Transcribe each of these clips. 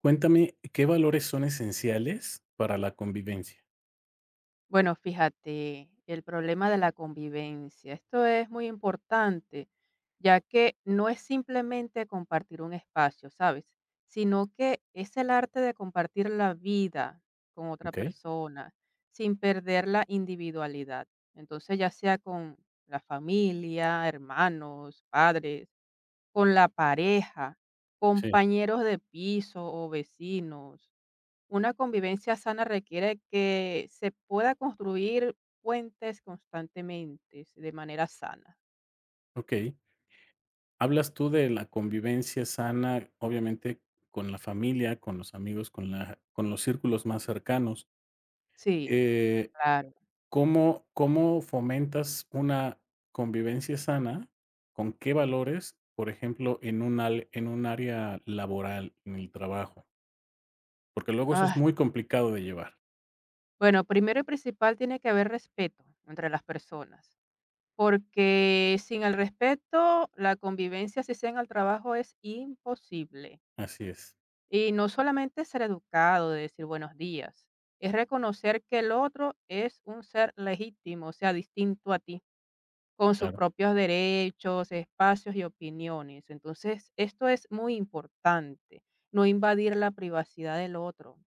Cuéntame, ¿qué valores son esenciales para la convivencia? Bueno, fíjate, el problema de la convivencia. Esto es muy importante, ya que no es simplemente compartir un espacio, ¿sabes? Sino que es el arte de compartir la vida con otra ¿Ok? persona sin perder la individualidad. Entonces, ya sea con la familia, hermanos, padres, con la pareja, Sí. compañeros de piso o vecinos. Una convivencia sana requiere que se pueda construir puentes constantemente, de manera sana. Ok. Hablas tú de la convivencia sana, obviamente, con la familia, con los amigos, con la con los círculos más cercanos. Sí, Eh, claro. ¿cómo fomentas una convivencia sana? ¿Con qué valores? Por ejemplo, en un área laboral, en el trabajo, porque luego eso es Ah, muy complicado de llevar. bueno, primero y principal tiene que haber respeto entre las personas, porque sin el respeto, la convivencia, si sea en el trabajo, es imposible. Así es. Y no solamente ser educado, de decir buenos días, es reconocer que el otro es un ser legítimo, o sea, distinto a ti, con sus Claro. propios derechos, espacios y opiniones. Entonces, esto es muy importante, no invadir la privacidad del otro,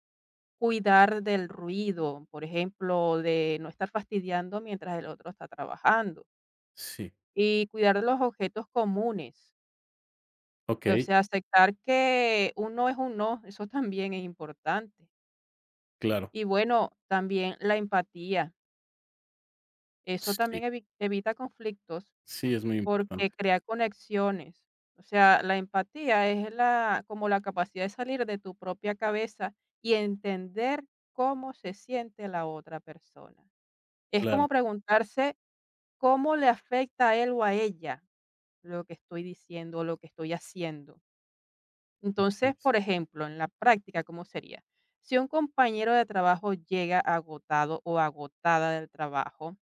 cuidar del ruido, por ejemplo, de no estar fastidiando mientras el otro está trabajando Sí. y cuidar de los objetos comunes, Ok. o sea, aceptar que un no es un no, eso también es importante. Claro. Y bueno, también la empatía, eso también Sí. Evita conflictos. Sí, es muy Porque importante. crea conexiones. O sea, la empatía es la como la capacidad de salir de tu propia cabeza y entender cómo se siente la otra persona. Es como Claro, preguntarse cómo le afecta a él o a ella lo que estoy diciendo o lo que estoy haciendo. así Entonces, es. por ejemplo, en la práctica, ¿cómo sería? Si un compañero de trabajo llega agotado o agotada del trabajo,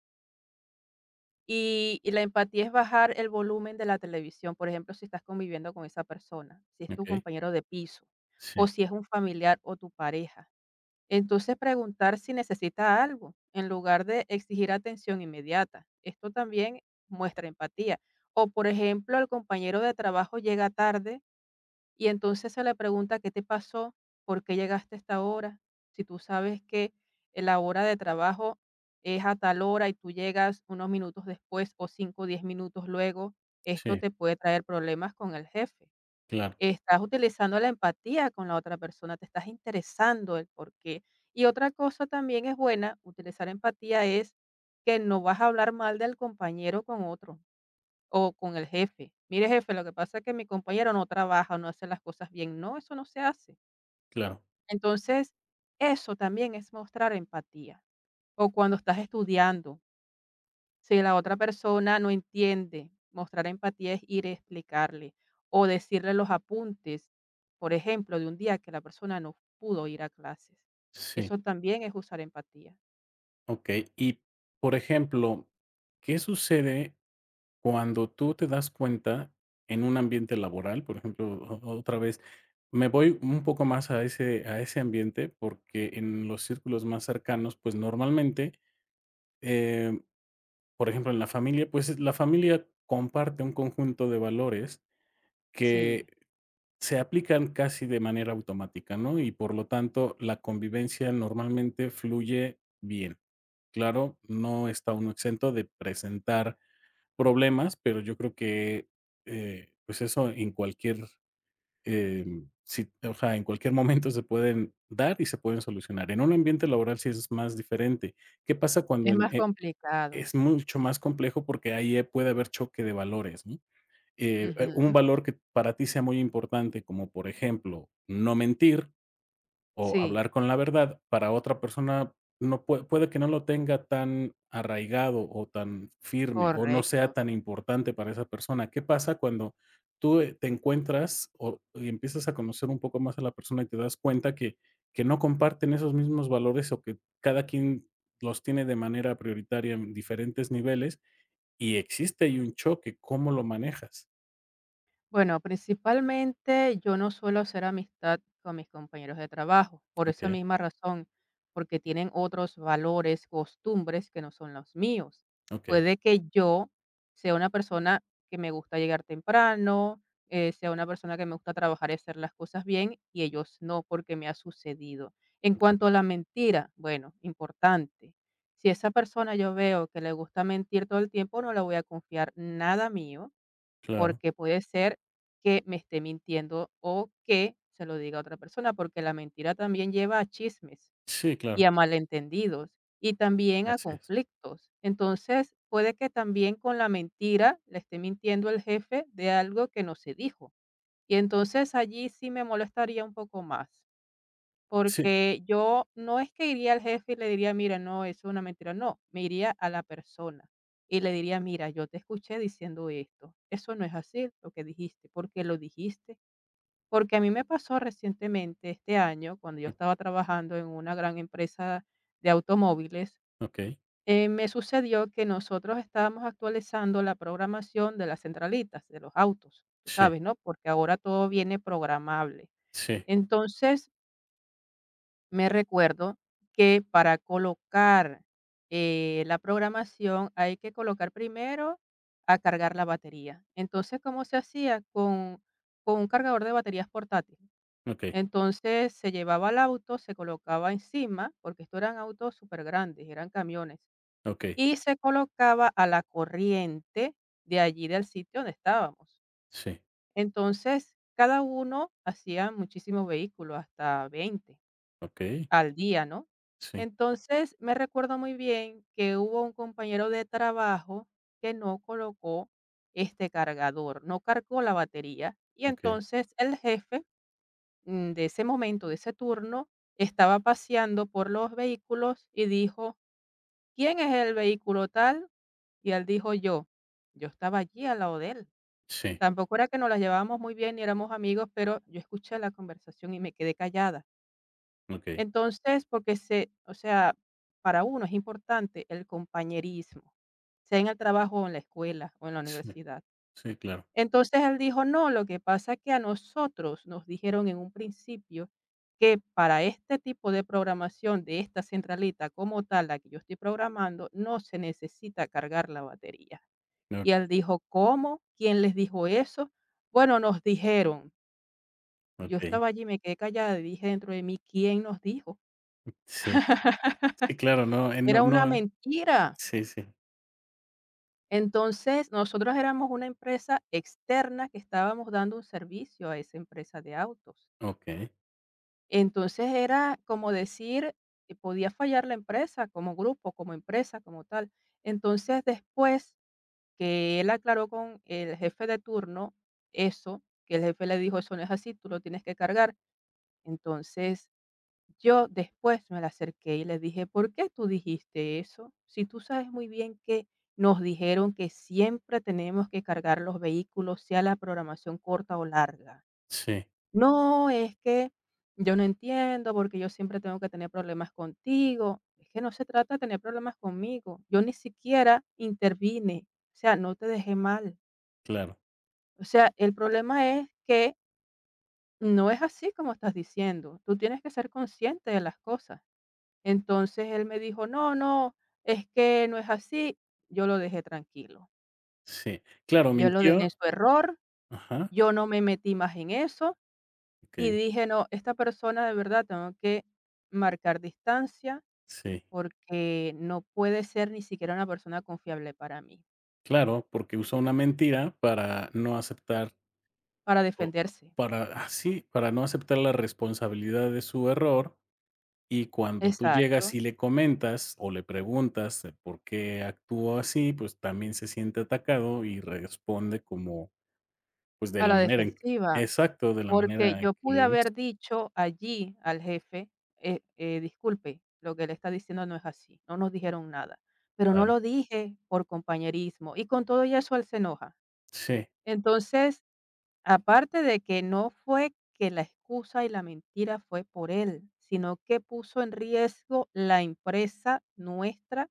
y la empatía es bajar el volumen de la televisión, por ejemplo, si estás conviviendo con esa persona, si es tu Okey. compañero de piso, Sí, o si es un familiar o tu pareja. Entonces, preguntar si necesita algo, en lugar de exigir atención inmediata. Esto también muestra empatía. O, por ejemplo, el compañero de trabajo llega tarde y entonces se le pregunta, ¿qué te pasó? ¿Por qué llegaste a esta hora? Si tú sabes que la hora de trabajo es a tal hora y tú llegas unos minutos después o 5, o 10 minutos luego, esto sí, te puede traer problemas con el jefe. claro, Estás utilizando la empatía con la otra persona, te estás interesando el por qué. Y otra cosa también es buena, utilizar empatía es que no vas a hablar mal del compañero con otro. O con el jefe. Mire, jefe, lo que pasa es que mi compañero no trabaja, no hace las cosas bien. No, eso no se hace. claro. Entonces, eso también es mostrar empatía. O cuando estás estudiando, si la otra persona no entiende, mostrar empatía es ir a explicarle o decirle los apuntes, por ejemplo, de un día que la persona no pudo ir a clases. Sí, Eso también es usar empatía. okey. Y, por ejemplo, ¿qué sucede cuando tú te das cuenta en un ambiente laboral? Por ejemplo, o otra vez, me voy un poco más a ese ambiente, porque en los círculos más cercanos, pues, normalmente, eh, por ejemplo, en la familia, pues, la familia comparte un conjunto de valores que Sí, se aplican casi de manera automática, ¿no? Y por lo tanto, la convivencia normalmente fluye bien. Claro, no está uno exento de presentar problemas, pero yo creo que, pues eso en cualquier, si o sea, en cualquier momento se pueden dar y se pueden solucionar. En un ambiente laboral sí es más diferente. ¿Qué pasa es cuando en más e complicado. es mucho más complejo? Porque ahí, puede haber choque de valores, ¿no? Ujú. Un valor que para ti sea muy importante, como por ejemplo, no mentir o Sí, hablar con la verdad, para otra persona puede que no lo tenga tan arraigado o tan firme o no correcto. sea tan importante para esa persona. ¿Qué pasa cuando tú, te encuentras o y empiezas a conocer un poco más a la persona y te das cuenta que no comparten esos mismos valores o que cada quien los tiene de manera prioritaria en diferentes niveles y existe ahí un choque? ¿Cómo lo manejas? Bueno, principalmente yo no suelo hacer amistad con mis compañeros de trabajo, por esa Okey. misma razón, porque tienen otros valores, costumbres que no son los míos. Okey, Puede que yo sea una persona que me gusta llegar temprano, sea una persona que me gusta trabajar y hacer las cosas bien, y ellos no, porque me ha sucedido. En okey, cuanto a la mentira, bueno, importante. Si esa persona yo veo que le gusta mentir todo el tiempo, no le voy a confiar nada mío claro. porque puede ser que me esté mintiendo o que se lo diga a otra persona, porque la mentira también lleva a chismes Sí, claro, y a malentendidos y también a así es. conflictos. Entonces, puede que también con la mentira le esté mintiendo el jefe de algo que no se dijo. Y entonces allí sí me molestaría un poco más. Sí, Porque yo no es que iría al jefe y le diría: "Mira, no, eso es una mentira", no, me iría a la persona y le diría: "Mira, yo te escuché diciendo esto, eso no es así lo que dijiste, porque lo dijiste?". Porque a mí me pasó recientemente este año, cuando yo o estaba trabajando en una gran empresa de automóviles, okey, me sucedió que nosotros estábamos actualizando la programación de las centralitas de los autos, tú sí, sabes, ¿no? Porque ahora todo viene programable. sí, Entonces, me recuerdo que para colocar, la programación hay que colocar primero a cargar la batería. Entonces, ¿cómo se hacía? Con un cargador de baterías portátil. okey, Entonces, se llevaba al auto, se colocaba encima, porque estos eran autos súper grandes, eran camiones, okey, y se colocaba a la corriente de allí del sitio donde estábamos. sí, Entonces, cada uno hacía muchísimos vehículos, hasta 20. okey, Al día, ¿no? sí, Entonces, me recuerdo muy bien que hubo un compañero de trabajo que no colocó este cargador, no cargó la batería, y okey, entonces el jefe, de ese momento, de ese turno, estaba paseando por los vehículos y dijo: "¿Quién es el vehículo tal?". Y él dijo: "Yo". Yo estaba allí al lado de él. sí, Tampoco era que nos las llevábamos muy bien ni éramos amigos, pero yo escuché la conversación y me quedé callada. okey, Entonces, porque se o sea, para uno es importante el compañerismo, sea en el trabajo o en la escuela o en la sí, universidad. sí, claro, Entonces, él dijo: "No, lo que pasa es que a nosotros nos dijeron en un principio que para este tipo de programación de esta centralita como tal, la que yo estoy programando, no se necesita cargar la batería". okey, Y él dijo: "¿Cómo? ¿Quién les dijo eso?". "Bueno, nos dijeron". Y yo okey, estaba allí, me quedé callada y dije dentro de mí: "¿Quién nos dijo?". sí, sí, claro, no, Era una mentira. sí, sí, Entonces, nosotros éramos una empresa externa que estábamos dando un servicio a esa empresa de autos. okey, Entonces, era como decir, podía fallar la empresa como grupo, como empresa, como tal. Entonces, después que él aclaró con el jefe de turno eso, que el jefe le dijo, eso no es así, tú lo tienes que cargar. Entonces, yo después me la acerqué y le dije: "¿Por qué tú dijiste eso? Si tú sabes muy bien que nos dijeron que siempre tenemos que cargar los vehículos, sea la programación corta o larga". sí, "No, es que yo no entiendo, porque yo siempre tengo que tener problemas contigo". Es que no se trata de tener problemas conmigo. Yo ni siquiera intervine. O sea, no te dejé mal. claro, O sea, el problema es que no es así como estás diciendo. Tú tienes que ser consciente de las cosas. Entonces él me dijo: "No, no, es que no es así". Yo lo dejé tranquilo. sí, claro, Yo lo dejé en mintió. su error, Ajá, yo no me metí más en eso y okey, dije: "No, esta persona de verdad tengo que marcar distancia sí, porque no puede ser ni siquiera una persona confiable para mí", claro, porque usó una mentira para no aceptar para o defenderse. para ah, sí, para no aceptar la responsabilidad de su error. Y cuando tú Exacto. llegas y le comentas o le preguntas el por qué actuó así, pues también se siente atacado y responde como, pues, de A la la manera en que defensiva, exacto, de la porque manera en yo que lo pude hizo, haber dicho allí al jefe, disculpe, lo que él está diciendo no es así, no nos dijeron nada, pero no claro. lo dije por compañerismo y con todo y eso él se enoja. Sí, Entonces, aparte de que no fue que la excusa y la mentira fue por él, sino que puso en riesgo la empresa nuestra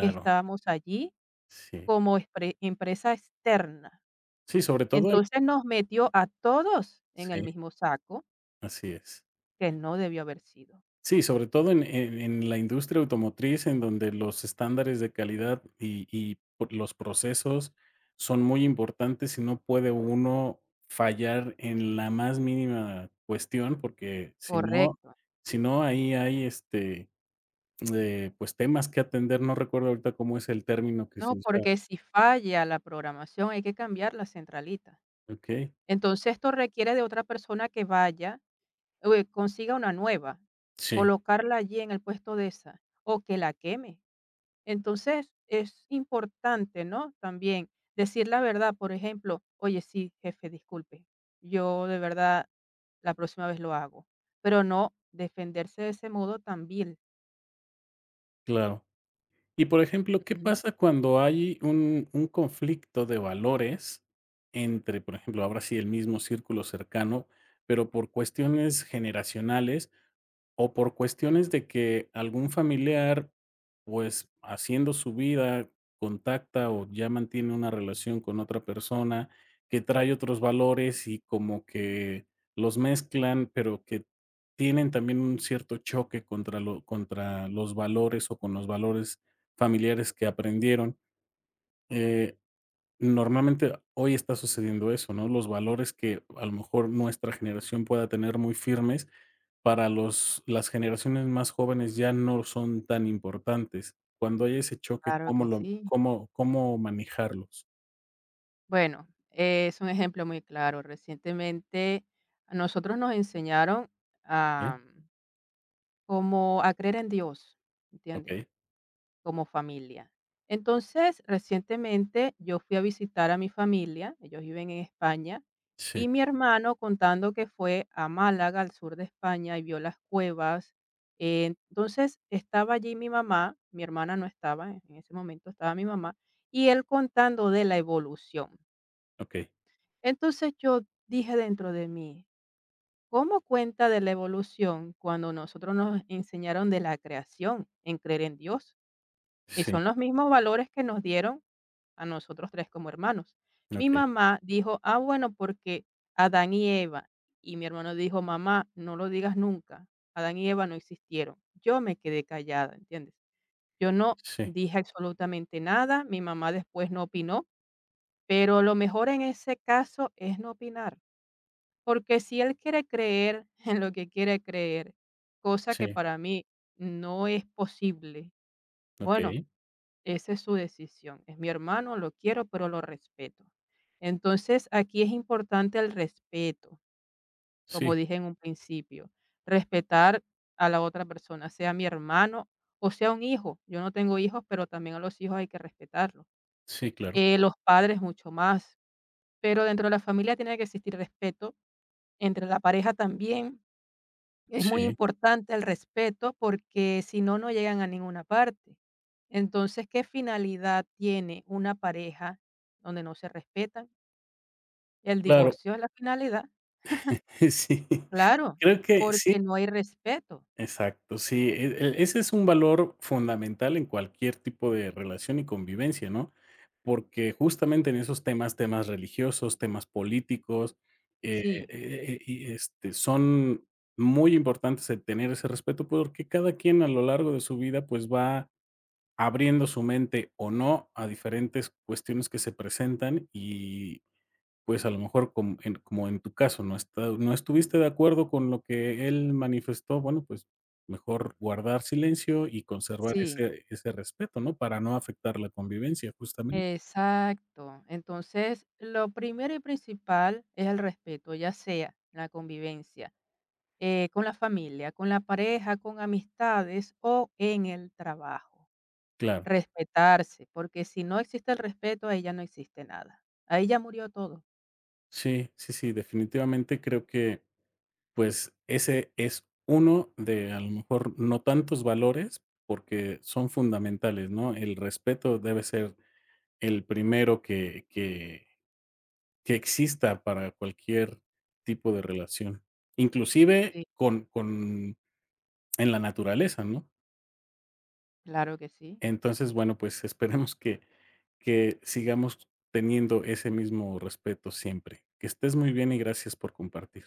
que estábamos allí sí. como expre empresa externa. Sí, sobre todo en Entonces nos metió a todos en sí, el mismo saco, así es. que no debió haber sido. Sí, sobre todo en la industria automotriz, en donde los estándares de calidad y por los procesos son muy importantes, y no puede uno fallar en la más mínima cuestión, porque Correcto. si no, ahí hay, este, pues, temas que atender, no recuerdo ahorita cómo es el término que se No, usa. porque si falla la programación hay que cambiar la centralita. Okey. Entonces esto requiere de otra persona que vaya, consiga una nueva, Sí, colocarla allí en el puesto de esa o que la queme. Entonces, es importante, ¿no? También decir la verdad, por ejemplo, oye, sí, jefe, disculpe, yo de verdad la próxima vez lo hago, pero no defenderse de ese modo tan vil. claro. Y, por ejemplo, ¿qué Ujú. pasa cuando hay un conflicto de valores entre, por ejemplo, ahora sí, el mismo círculo cercano, pero por cuestiones generacionales, o por cuestiones de que algún familiar, pues, haciendo su vida, contacta o ya mantiene una relación con otra persona que trae otros valores y como que los mezclan, pero que tienen también un cierto choque contra lo con los valores familiares que aprendieron. Eh, normalmente hoy está sucediendo eso, ¿no? Los valores que a lo mejor nuestra generación pueda tener muy firmes, para los las generaciones más jóvenes ya no son tan importantes. Cuando hay ese choque, Claro ¿cómo que lo sí. cómo manejarlos? Bueno, es un ejemplo muy claro. Recientemente a nosotros nos enseñaron ¿Eh? a, como a creer en Dios, ¿entiendes? Okey. Como familia. Entonces, recientemente yo fui a visitar a mi familia, ellos viven en España, y Sí, mi hermano contando que fue a Málaga, al sur de España, y vio las cuevas. Entonces, estaba allí mi mamá, mi hermana no estaba, en ese momento estaba mi mamá, y él contando de la evolución. okey. Entonces yo dije dentro de mí, ¿cómo cuenta de la evolución cuando nosotros nos enseñaron de la creación, en creer en Dios? Y son Sí, los mismos valores que nos dieron a nosotros 3 como hermanos. Mi okey. mamá dijo: "Ah, bueno, porque Adán y Eva". Y mi hermano dijo: "Mamá, no lo digas nunca, Adán y Eva no existieron". Yo me quedé callada, ¿entiendes? Yo no Sí, dije absolutamente nada, mi mamá después no opinó, pero lo mejor en ese caso es no opinar, porque si él quiere creer en lo que quiere creer, cosa que sí, para mí no es posible, bueno, okey. esa es su decisión. Es mi hermano, lo quiero, pero lo respeto. Entonces, aquí es importante el respeto, como Sí, dije en un principio, respetar a la otra persona, sea mi hermano o sea un hijo. Yo no tengo hijos, pero también a los hijos hay que respetarlos. sí, claro. Los padres mucho más, pero dentro de la familia tiene que existir respeto, entre la pareja también, es muy Sí, importante el respeto porque si no, no llegan a ninguna parte. Entonces, ¿qué finalidad tiene una pareja donde no se respetan? El claro. divorcio es la finalidad, Sí. claro, Creo que sí, porque no hay respeto. exacto. Sí, ese es un valor fundamental en cualquier tipo de relación y convivencia, ¿no? Porque justamente en esos temas, temas religiosos, temas políticos, eh Sí, y, este, son muy importantes el tener ese respeto, porque cada quien a lo largo de su vida, pues, va abriendo su mente o no a diferentes cuestiones que se presentan y, pues, a lo mejor como en tu caso, no está no estuviste de acuerdo con lo que él manifestó, bueno, pues, mejor guardar silencio y conservar sí, ese respeto, ¿no? Para no afectar la convivencia, justamente. exacto. Entonces, lo primero y principal es el respeto, ya sea la convivencia con la familia, con la pareja, con amistades o en el trabajo. Claro. Respetarse, porque si no existe el respeto, ahí ya no existe nada. Ahí ya murió todo. Sí, sí, sí, definitivamente creo que, pues, ese es uno de, a lo mejor, no tantos valores, porque son fundamentales, ¿no? El respeto debe ser el primero que exista para cualquier tipo de relación, inclusive Sí, con en la naturaleza, ¿no? claro que sí. Entonces, bueno, pues, esperemos que sigamos teniendo ese mismo respeto siempre. Que estés muy bien y gracias por compartir.